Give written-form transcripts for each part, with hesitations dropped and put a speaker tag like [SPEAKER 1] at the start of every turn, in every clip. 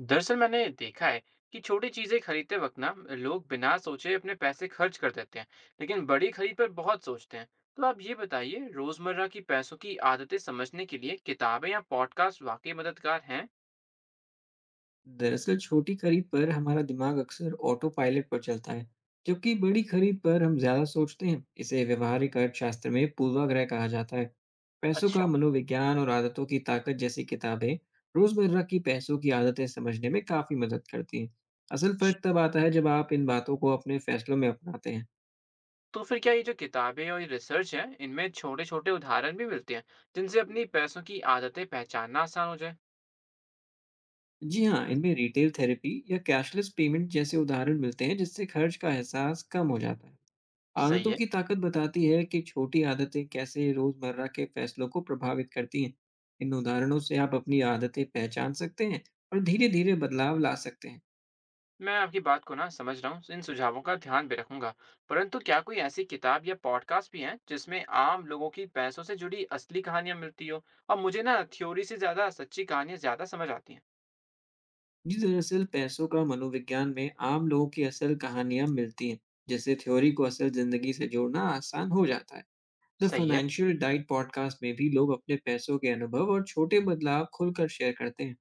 [SPEAKER 1] दरअसल मैंने देखा है कि छोटी चीजें खरीदते वक्त ना लोग बिना सोचे अपने पैसे खर्च कर देते हैं। लेकिन बड़ी खरीद पर बहुत सोचते हैं। तो आप ये बताइए, रोजमर्रा की पैसों की आदतें समझने के लिए किताबें या पॉडकास्ट वाकई मददगार हैं।
[SPEAKER 2] दरअसल छोटी खरीद पर हमारा दिमाग अक्सर ऑटो पायलट पर चलता है। जबकि बड़ी खरीद पर हम ज्यादा सोचते हैं, इसे व्यवहारिक अर्थशास्त्र में पूर्वाग्रह कहा जाता है। पैसों
[SPEAKER 1] अच्छा।
[SPEAKER 2] का मनोविज्ञान और आदतों की ताकत जैसी किताबें रोजमर्रा की पैसों की आदतें समझने में काफी मदद करती हैं। असल
[SPEAKER 1] जी,
[SPEAKER 2] फर्क तब आता है जब आप इन बातों को अपने फैसलों में अपनाते हैं।
[SPEAKER 1] तो फिर क्या ये जो किताबें और ये रिसर्च है, इनमें छोटे छोटे उदाहरण भी मिलते हैं जिनसे अपनी पैसों की आदतें पहचानना आसान हो जाए।
[SPEAKER 2] जी हाँ, इनमें रिटेल थेरेपी या कैशलेस पेमेंट जैसे उदाहरण मिलते हैं, जिससे खर्च का एहसास कम हो जाता है।
[SPEAKER 1] सही
[SPEAKER 2] आदतों
[SPEAKER 1] है।
[SPEAKER 2] की ताकत बताती है कि छोटी आदतें कैसे रोजमर्रा के फैसलों को प्रभावित करती हैं। इन उदाहरणों से आप अपनी आदतें पहचान सकते हैं और धीरे धीरे बदलाव ला सकते हैं।
[SPEAKER 1] मैं आपकी बात को ना समझ रहा हूँ, इन सुझावों का ध्यान भी रखूंगा। परंतु क्या कोई ऐसी किताब या पॉडकास्ट भी हैं जिसमें आम लोगों की पैसों से जुड़ी असली कहानियां मिलती हो। और मुझे ना थ्योरी से ज्यादा सच्ची कहानियां ज्यादा समझ आती हैं।
[SPEAKER 2] जी दरअसल पैसों का मनोविज्ञान में आम लोगों की असल कहानियां मिलती हैं, जिससे थ्योरी को असल जिंदगी से जोड़ना आसान हो जाता है। द
[SPEAKER 1] सही है।
[SPEAKER 2] फाइनेंशियल डाइट पॉडकास्ट में भी लोग अपने पैसों के अनुभव और छोटे बदलाव खुलकर शेयर करते हैं।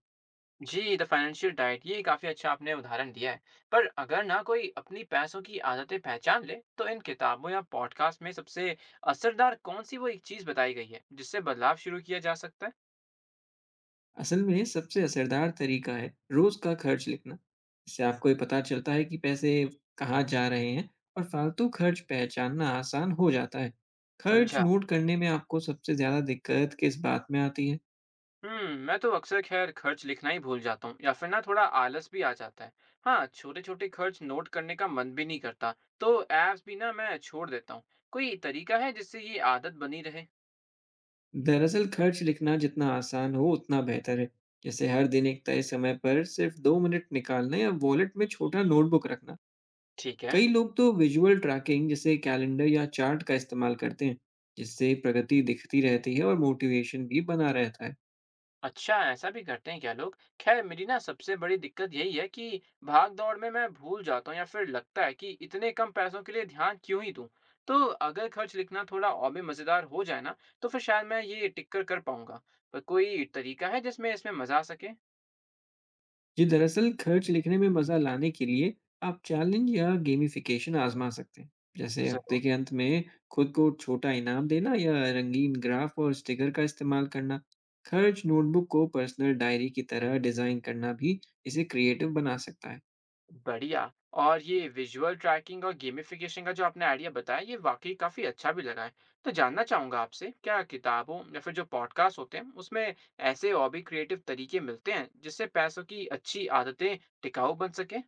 [SPEAKER 1] जी, द फाइनेंशियल डाइट, ये काफी अच्छा आपने उदाहरण दिया है। पर अगर ना कोई अपनी पैसों की आदतें पहचान ले, तो इन किताबों या पॉडकास्ट में सबसे असरदार कौन सी वो एक चीज बताई गई है जिससे बदलाव शुरू किया जा सकता है।
[SPEAKER 2] असल में सबसे असरदार तरीका है रोज का खर्च लिखना। इससे आपको ये पता चलता है कि पैसे कहाँ जा रहे हैं और फालतू खर्च पहचानना आसान हो जाता है। खर्च
[SPEAKER 1] समझा।
[SPEAKER 2] नोट करने में आपको सबसे ज्यादा दिक्कत किस बात में आती है?
[SPEAKER 1] हम्म, मैं तो अक्सर खैर खर्च लिखना ही भूल जाता हूँ, या फिर ना थोड़ा आलस भी आ जाता है। हाँ, छोटे छोटे खर्च नोट करने का मन भी नहीं करता। तो ऐप्स भी ना मैं छोड़ देता हूँ। कोई तरीका है जिससे ये आदत बनी रहे।
[SPEAKER 2] दरअसल खर्च लिखना जितना आसान हो उतना बेहतर है। जैसे हर दिन एक तय समय पर सिर्फ 2 मिनट निकालना या वॉलेट में छोटा नोटबुक रखना।
[SPEAKER 1] ठीक है।
[SPEAKER 2] कई लोग तो विजुअल ट्रैकिंग जैसे कैलेंडर या चार्ट का इस्तेमाल करते हैं, जिससे प्रगति दिखती रहती है और मोटिवेशन भी बना रहता है।
[SPEAKER 1] अच्छा, ऐसा भी करते हैं क्या लोग। खैर, मेरी ना सबसे बड़ी दिक्कत यही है कि भाग दौड़ में मैं भूल जाता हूँ, या फिर लगता है कि इतने कम पैसों के लिए ध्यान क्यों ही दूँ। तो अगर खर्च लिखना थोड़ा और भी मज़ेदार हो जाए ना, तो फिर शायद मैं ये टिक कर कर पाऊंगा। पर कोई तरीका है जिसमें इसमें मज़ा आ सके।
[SPEAKER 2] जी दरअसल खर्च लिखने में मजा लाने के लिए आप चैलेंज या गेमिफिकेशन आजमा सकते हैं। जैसे
[SPEAKER 1] जरूर।
[SPEAKER 2] हफ्ते के अंत में खुद को छोटा इनाम देना या रंगीन ग्राफ और स्टिकर का इस्तेमाल करना। खर्च नोटबुक को पर्सनल डायरी की तरह डिजाइन करना भी इसे क्रिएटिव बना सकता है।
[SPEAKER 1] बढ़िया। और ये विज़ुअल ट्रैकिंग और गेमिफ़िकेशन का जो आपने आइडिया बताया, ये वाक़ई काफ़ी अच्छा भी लगा है। तो जानना चाहूँगा आपसे, क्या किताबों या फिर जो पॉडकास्ट होते हैं, उसमें ऐसे और भी क्रिएटिव तरीके मिलते हैं, जिससे पैसों की अच्छी आदतें टिकाऊ बन सकें?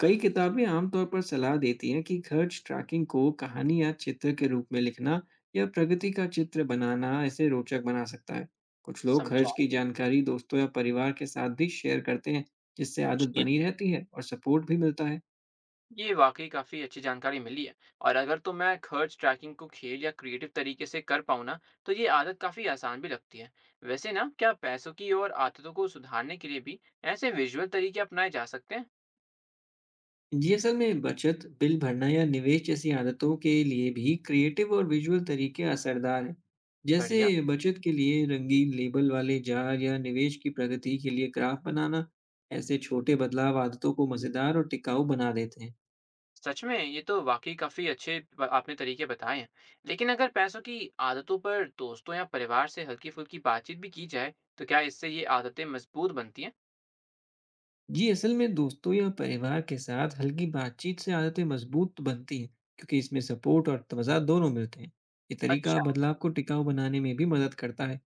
[SPEAKER 2] कई किताबें आमतौर पर सलाह देती हैं कि खर्च ट्रैकिंग को कहानी या चित्र के रूप में लिखना या प्रगति का चित्र बनाना इसे रोचक बना सकता है। कुछ लोग खर्च
[SPEAKER 1] समझा।
[SPEAKER 2] की जानकारी दोस्तों या परिवार के साथ भी शेयर करते हैं, जिससे आदत
[SPEAKER 1] जी,
[SPEAKER 2] बनी रहती है और सपोर्ट भी मिलता है।
[SPEAKER 1] ये वाक़ई काफ़ी अच्छी जानकारी मिली है। और अगर तो मैं खर्च ट्रैकिंग को खेल या क्रिएटिव तरीके से कर पाऊँ ना, तो ये आदत काफ़ी आसान भी लगती है। वैसे ना, क्या पैसों की और आदतों को सुधारने के लिए भी ऐसे विज़ुअल तरीके अपनाए जा सकते हैं?
[SPEAKER 2] जी, असल में बचत, बिल भरना या निवेश जैसी आदतों के लिए भी क्रिएटिव और विजुअल तरीके असरदार हैं। जैसे
[SPEAKER 1] बढ़िया।
[SPEAKER 2] बचत के लिए रंगीन लेबल वाले जार या निवेश की प्रगति के लिए ग्राफ बनाना, ऐसे छोटे बदलाव आदतों को मज़ेदार और टिकाऊ बना देते हैं।
[SPEAKER 1] सच में ये तो वाकई काफ़ी अच्छे ब आपने तरीके बताए हैं। लेकिन अगर पैसों की आदतों पर दोस्तों या परिवार से हल्की-फुल्की बातचीत भी की जाए, तो क्या इससे ये आदतें मजबूत बनती हैं?
[SPEAKER 2] जी, असल में दोस्तों या परिवार के साथ हल्की बातचीत से आदतें मजबूत बनती हैं, क्योंकि इसमें सपोर्ट और तवज़ा दोनों मिलते हैं। ये तरीका
[SPEAKER 1] अच्छा।
[SPEAKER 2] बदलाव को टिकाऊ बनाने में भी मदद करता है।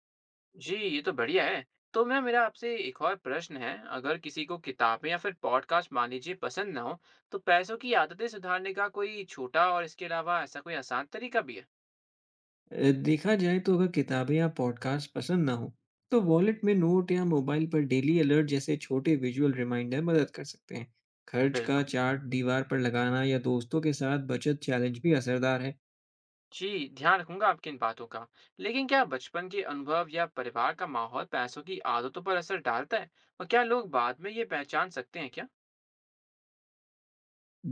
[SPEAKER 1] जी, ये तो बढ़िया है। तो मैं मेरा आपसे एक और प्रश्न है, अगर किसी को किताबें या फिर पॉडकास्ट मान लीजिए पसंद ना हो, तो पैसों की आदतें सुधारने का कोई छोटा और इसके अलावा ऐसा कोई आसान तरीका भी है?
[SPEAKER 2] देखा जाए तो अगर किताबें या पॉडकास्ट पसंद ना हो तो वॉलेट में नोट या मोबाइल पर डेली अलर्ट जैसे छोटे विजुअल रिमाइंडर मदद कर सकते हैं। खर्च का
[SPEAKER 1] बिल्कुल।
[SPEAKER 2] चार्ट दीवार पर लगाना या दोस्तों के साथ बचत चैलेंज भी असरदार है।
[SPEAKER 1] जी, ध्यान रखूंगा आपकी इन बातों का। लेकिन क्या बचपन के अनुभव या परिवार का माहौल पैसों की आदतों पर असर डालता है? और क्या लोग बाद में ये पहचान सकते हैं क्या?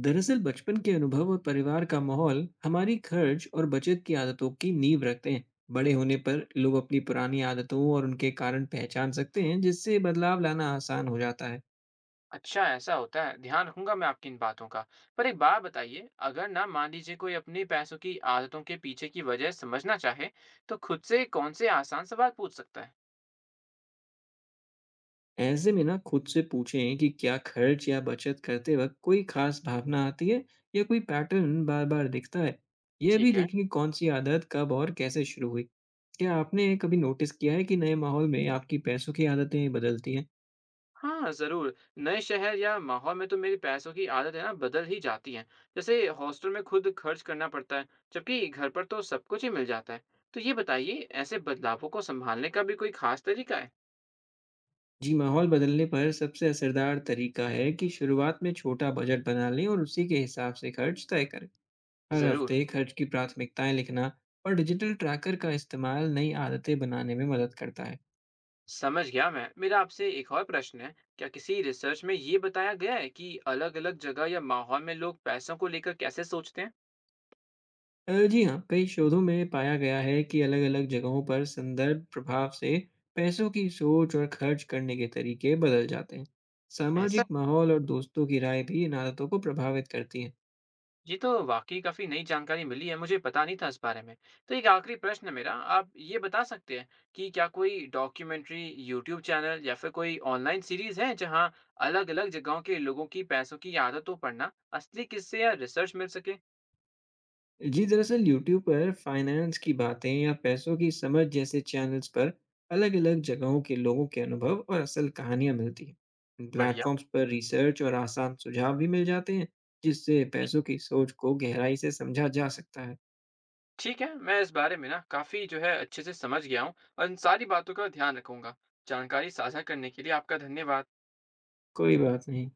[SPEAKER 2] दरअसल बचपन के अनुभव और परिवार का माहौल हमारी खर्च और बचत की आदतों की नींव रखते हैं। बड़े होने पर लोग अपनी पुरानी आदतों और उनके कारण पहचान सकते हैं, जिससे बदलाव लाना आसान हो जाता है।
[SPEAKER 1] अच्छा, ऐसा होता है। ध्यान रखूंगा मैं आपकी इन बातों का। पर एक बात बताइए, अगर ना मान लीजिए कोई अपनी पैसों की आदतों के पीछे की वजह समझना चाहे, तो खुद से कौन से आसान सवाल पूछ सकता है?
[SPEAKER 2] ऐसे में ना खुद से पूछें कि क्या खर्च या बचत करते वक्त कोई खास भावना आती है या कोई पैटर्न बार बार दिखता है। यह भी
[SPEAKER 1] ठीक है।
[SPEAKER 2] देखें कि कौन सी आदत कब और कैसे शुरू हुई। क्या आपने कभी नोटिस किया है कि नए माहौल में आपकी पैसों की आदतें बदलती हैं?
[SPEAKER 1] हाँ, ज़रूर। नए शहर या माहौल में तो मेरी पैसों की आदतें ना बदल ही जाती हैं। जैसे हॉस्टल में खुद खर्च करना पड़ता है, जबकि घर पर तो सब कुछ ही मिल जाता है। तो ये बताइए, ऐसे बदलावों को सँभालने का भी कोई ख़ास तरीका है?
[SPEAKER 2] जी माहौल बदलने पर सबसे असरदार तरीका है कि शुरुआत में छोटा बजट बना लें और उसी के हिसाब से खर्च तय करें। हर
[SPEAKER 1] ज़रूर,
[SPEAKER 2] हफ्ते खर्च की प्राथमिकताएं लिखना और डिजिटल ट्रैकर का इस्तेमाल नई आदतें बनाने में मदद करता है।
[SPEAKER 1] समझ गया मैं। मेरा आपसे एक और प्रश्न है, क्या किसी रिसर्च में ये बताया गया है कि अलग-अलग जगह या माहौल में लोग पैसों को लेकर कैसे सोचते हैं?
[SPEAKER 2] जी हाँ, कई शोधों में पाया गया है कि अलग-अलग जगहों पर संदर्भ प्रभाव से पैसों की सोच और खर्च करने के तरीके बदल जाते हैं।
[SPEAKER 1] ऐसा,
[SPEAKER 2] सामाजिक माहौल और दोस्तों की राय भी इन आदतों को प्रभावित करती हैं।
[SPEAKER 1] ये तो वाकई काफ़ी नई जानकारी मिली है, मुझे पता नहीं था इस बारे में। तो एक आखिरी प्रश्न है मेरा, आप ये बता सकते हैं कि क्या कोई डॉक्यूमेंट्री, यूट्यूब चैनल या फिर कोई ऑनलाइन सीरीज़ है जहाँ अलग-अलग जगहों के लोगों की पैसों की आदतों पर ना असली किस्से या रिसर्च मिल सके?
[SPEAKER 2] जी, दरअसल यूट्यूब पर फाइनेंस की बातें या पैसों की समझ जैसे चैनल्स पर अलग-अलग जगहों के लोगों के अनुभव और असल कहानियाँ मिलती हैं। इन
[SPEAKER 1] बढ़िया।
[SPEAKER 2] प्लेटफॉर्म्स पर रिसर्च और आसान सुझाव भी मिल जाते हैं, जिससे पैसों की सोच को गहराई से समझा जा सकता है।
[SPEAKER 1] ठीक है, मैं इस बारे में ना काफ़ी जो है अच्छे से समझ गया हूँ और इन सारी बातों का ध्यान रखूंगा। जानकारी साझा करने के लिए आपका धन्यवाद।
[SPEAKER 2] कोई बात नहीं।